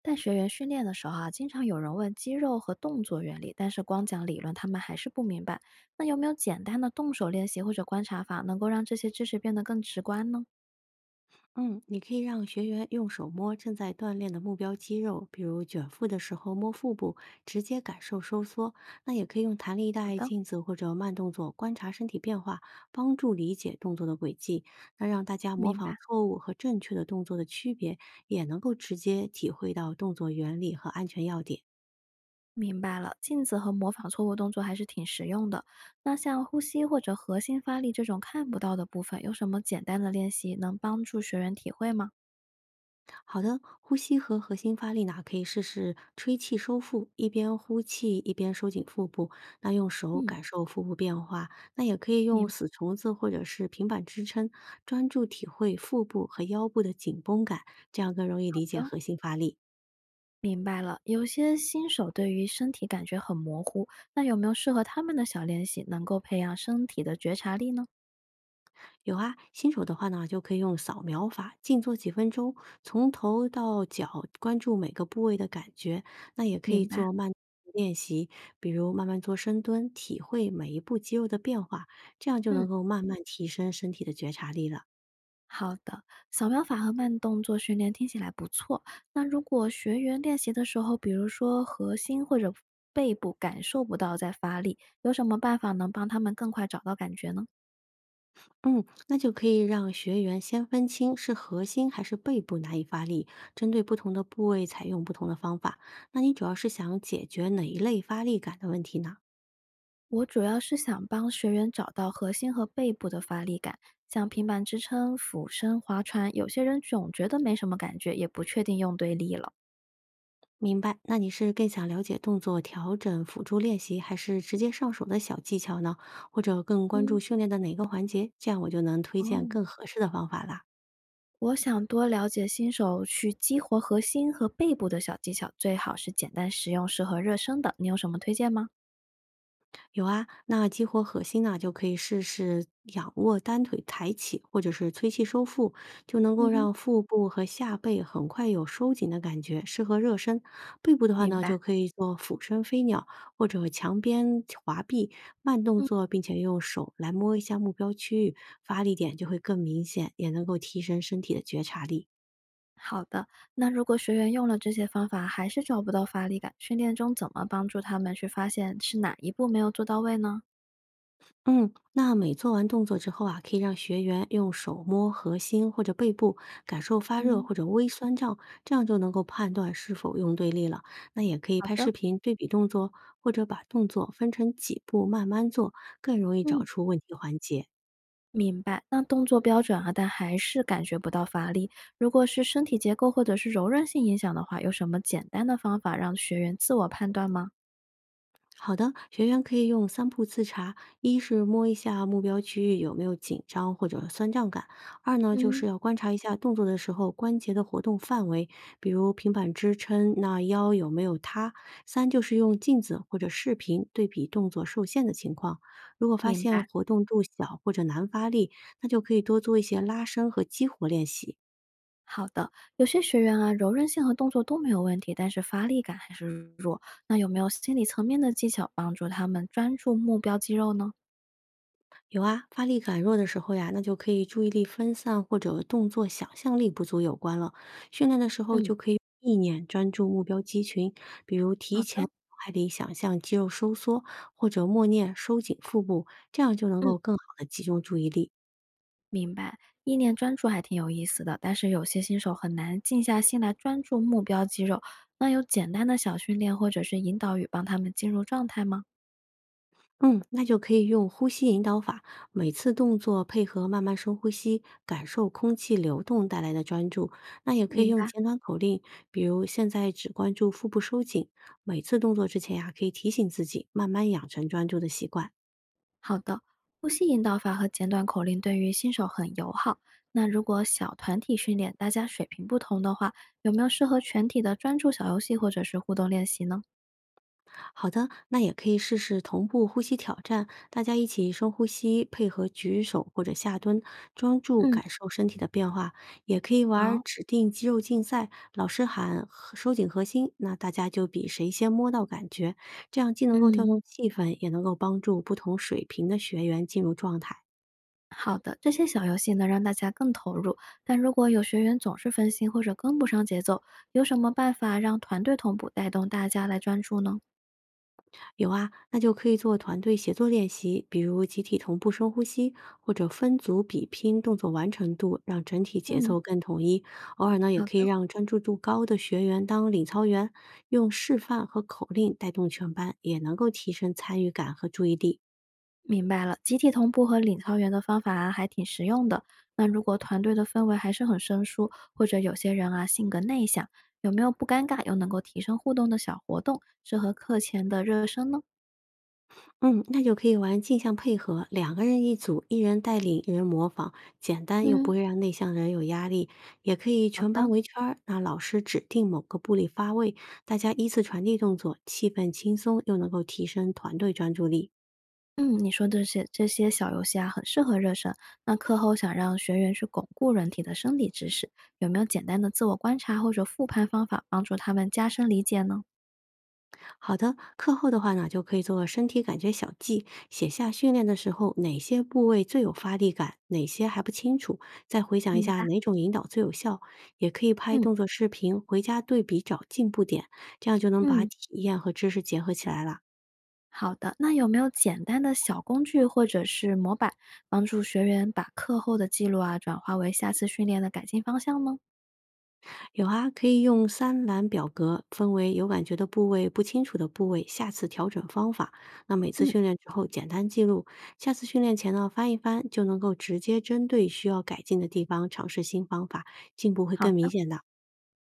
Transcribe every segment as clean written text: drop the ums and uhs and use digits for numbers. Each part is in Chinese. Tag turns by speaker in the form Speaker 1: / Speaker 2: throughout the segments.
Speaker 1: 带学员训练的时候啊，经常有人问肌肉和动作原理，但是光讲理论他们还是不明白。那有没有简单的动手练习或者观察法，能够让这些知识变得更直观呢？
Speaker 2: 嗯，你可以让学员用手摸正在锻炼的目标肌肉，比如卷腹的时候摸腹部，直接感受收缩。那也可以用弹力
Speaker 1: 好
Speaker 2: 带、
Speaker 1: 的，
Speaker 2: 镜子或者慢动作观察身体变化，帮助理解动作的轨迹。那让大家模
Speaker 1: 明
Speaker 2: 仿
Speaker 1: 白。
Speaker 2: 错误和正确的动作的区别，也能够直接体会到动作原理和安全要点。
Speaker 1: 明白了，镜子和模仿错误动作还是挺实用的。那像呼吸或者核心发力这种看不到的部分，有什么简单的练习能帮助学员体会吗？
Speaker 2: 好的，呼吸和核心发力呢，可以试试吹气收腹，一边呼气一边收紧腹部。那用手
Speaker 1: 嗯，
Speaker 2: 感受腹部变化，那也可以
Speaker 1: 明
Speaker 2: 用
Speaker 1: 白
Speaker 2: 死虫子或者是平板支撑，专注体会腹部和腰部的紧绷感，这样更容易
Speaker 1: 好
Speaker 2: 理解
Speaker 1: 的。
Speaker 2: 核心发力。
Speaker 1: 明白了，有些新手对于身体感觉很模糊，那有没有适合他们的小练习，能够培养身体的觉察力呢？
Speaker 2: 有啊，新手的话呢，就可以用扫描法，静坐几分钟，从头到脚关注每个部位的感觉。那也可以
Speaker 1: 明白，
Speaker 2: 做慢练习，比如慢慢做深蹲，体会每一步肌肉的变化，这样就
Speaker 1: 嗯，
Speaker 2: 能够慢慢提升身体的觉察力了。
Speaker 1: 好的。扫描法和慢动作训练听起来不错。那如果学员练习的时候，比如说核心或者背部感受不到在发力，有什么办法能帮他们更快找到感觉呢？
Speaker 2: 嗯，那就可以让学员先分清是核心还是背部难以发力，针对不同的部位采用不同的方法。那你主要是想解决哪一类发力感的问题呢？
Speaker 1: 我主要是想帮学员找到核心和背部的发力感，像平板支撑、俯身划船，有些人总觉得没什么感觉，也不确定用对力了。
Speaker 2: 明白，那你是更想了解动作调整、辅助练习，还是直接上手的小技巧呢？或者更关注
Speaker 1: 嗯，
Speaker 2: 训练的哪个环节？这样我就能推
Speaker 1: 哦，
Speaker 2: 荐更合适的方法啦。
Speaker 1: 我想多了解新手去激活核心和背部的小技巧，最好是简单实用、适合热身的。你有什么推荐吗？
Speaker 2: 有啊，那激活核心呢，就可以试试仰卧单腿抬起，或者是吹气收腹，就能够
Speaker 1: 嗯哼，
Speaker 2: 让腹部和下背很快有收紧的感觉，适合热身。背部的话
Speaker 1: 明
Speaker 2: 呢，
Speaker 1: 白。
Speaker 2: 就可以做俯身飞鸟或者墙边滑臂，慢动
Speaker 1: 嗯，
Speaker 2: 作，并且用手来摸一下目标区域，发力点就会更明显，也能够提升身体的觉察力。
Speaker 1: 好的，那如果学员用了这些方法还是找不到发力感，训练中怎么帮助他们去发现是哪一步没有做到位呢？
Speaker 2: 嗯，那每做完动作之后啊，可以让学员用手摸核心或者背部，感受发热
Speaker 1: 嗯
Speaker 2: 或者微酸胀，这样就能够判断是否用对力了。那也可以
Speaker 1: 好
Speaker 2: 拍
Speaker 1: 的，
Speaker 2: 视频对比动作，或者把动作分成几步慢慢做，更容易找
Speaker 1: 嗯。
Speaker 2: 出问题环节。
Speaker 1: 明白，那动作标准啊，但还是感觉不到发力。如果是身体结构或者是柔韧性影响的话，有什么简单的方法让学员自我判断吗？
Speaker 2: 好的，学员可以用三步自查：一是摸一下目标区域有没有紧张或者酸胀感；二呢，就
Speaker 1: 嗯，
Speaker 2: 是要观察一下动作的时候关节的活动范围，比如平板支撑，那腰有没有塌；三就是用镜子或者视频对比动作受限的情况，如果发
Speaker 1: 明
Speaker 2: 现
Speaker 1: 白，
Speaker 2: 活动度小或者难发力，那就可以多做一些拉伸和激活练习。
Speaker 1: 好的。有些学员啊，柔韧性和动作都没有问题，但是发力感还是弱。那有没有心理层面的技巧帮助他们专注目标肌肉呢？
Speaker 2: 有啊，发力感弱的时候呀，那就可以注意力分散或者动作想象力不足有关了。训练的时候
Speaker 1: 嗯，
Speaker 2: 就可以用意念专注目标肌群，比如提
Speaker 1: 好
Speaker 2: 前脑
Speaker 1: 的，
Speaker 2: 海里想象肌肉收缩，或者默念收紧腹部，这样就能
Speaker 1: 嗯。
Speaker 2: 够更好的集中注意力。
Speaker 1: 明白，意念专注还挺有意思的，但是有些新手很难静下心来专注目标肌肉。那有简单的小训练或者是引导语帮他们进入状态吗？
Speaker 2: 嗯，那就可以用呼吸引导法，每次动作配合慢慢深呼吸，感受空气流动带来的专注。那也可以
Speaker 1: 明
Speaker 2: 用
Speaker 1: 白，
Speaker 2: 简短口令，比如现在只关注腹部收紧，每次动作之前呀、可以提醒自己慢慢养成专注的习惯。
Speaker 1: 好的。呼吸引导法和简短口令对于新手很友好。那如果小团体训练，大家水平不同的话，有没有适合全体的专注小游戏或者是互动练习呢？
Speaker 2: 好的，那也可以试试同步呼吸挑战，大家一起深呼吸，配合举手或者下蹲，专注
Speaker 1: 嗯，
Speaker 2: 感受身体的变化。也可以玩儿
Speaker 1: 好，
Speaker 2: 指定肌肉竞赛，老师喊核收紧核心，那大家就比谁先摸到感觉，这样既能够调
Speaker 1: 嗯。
Speaker 2: 动气氛，也能够帮助不同水平的学员进入状态。
Speaker 1: 好的，这些小游戏能让大家更投入，但如果有学员总是分心或者跟不上节奏，有什么办法让团队同步带动大家来专注呢？
Speaker 2: 有啊，那就可以做团队协作练习，比如集体同步深呼吸，或者分组比拼动作完成度，让整体节
Speaker 1: 嗯，
Speaker 2: 奏更统一。偶尔呢，也
Speaker 1: 好
Speaker 2: 可以
Speaker 1: 的，
Speaker 2: 让专注度高的学员当领操员，用示范和口令带动全班，也能够提升参与感和注意力。
Speaker 1: 明白了。集体同步和领操员的方法啊，还挺实用的。那如果团队的氛围还是很生疏，或者有些人啊性格内向，有没有不尴尬又能够提升互动的小活动，适合课前的热身呢？
Speaker 2: 嗯，那就可以玩镜像配合，两个人一组，一人带领，一人模仿，简单又不
Speaker 1: 嗯，
Speaker 2: 会让内向人有压力。也可以
Speaker 1: 好
Speaker 2: 全班
Speaker 1: 的。
Speaker 2: 围圈儿，那老师指定某个部里发位，大家依次传递动作，气氛轻松又能够提升团队专注力。
Speaker 1: 嗯，你说这些小游戏啊，很适合热身。那课后想让学员去巩固人体的生理知识，有没有简单的自我观察或者复盘方法，帮助他们加深理解呢？
Speaker 2: 好的，课后的话呢，就可以做身体感觉小记，写下训练的时候哪些部位最有发力感，哪些还不清楚，再回想一
Speaker 1: 明
Speaker 2: 下
Speaker 1: 白。
Speaker 2: 哪种引导最有效。也可以拍
Speaker 1: 嗯
Speaker 2: 动作视频，回家对比找进步点，这样就能把
Speaker 1: 嗯，
Speaker 2: 体验和知识结合起来了。
Speaker 1: 好的。那有没有简单的小工具或者是模板，帮助学员把课后的记录啊，转化为下次训练的改进方向呢？
Speaker 2: 有啊，可以用三栏表格分为有感觉的部位、不清楚的部位，下次调整方法。那每次
Speaker 1: 嗯，
Speaker 2: 训练之后简单记录，下次训练前呢翻一翻，就能够直接针对需要改进的地方尝试新方法，进步会
Speaker 1: 好
Speaker 2: 更明
Speaker 1: 的。
Speaker 2: 显的。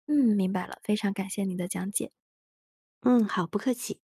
Speaker 1: 嗯，明白了，非常感谢你的讲解。
Speaker 2: 嗯，好，不客气。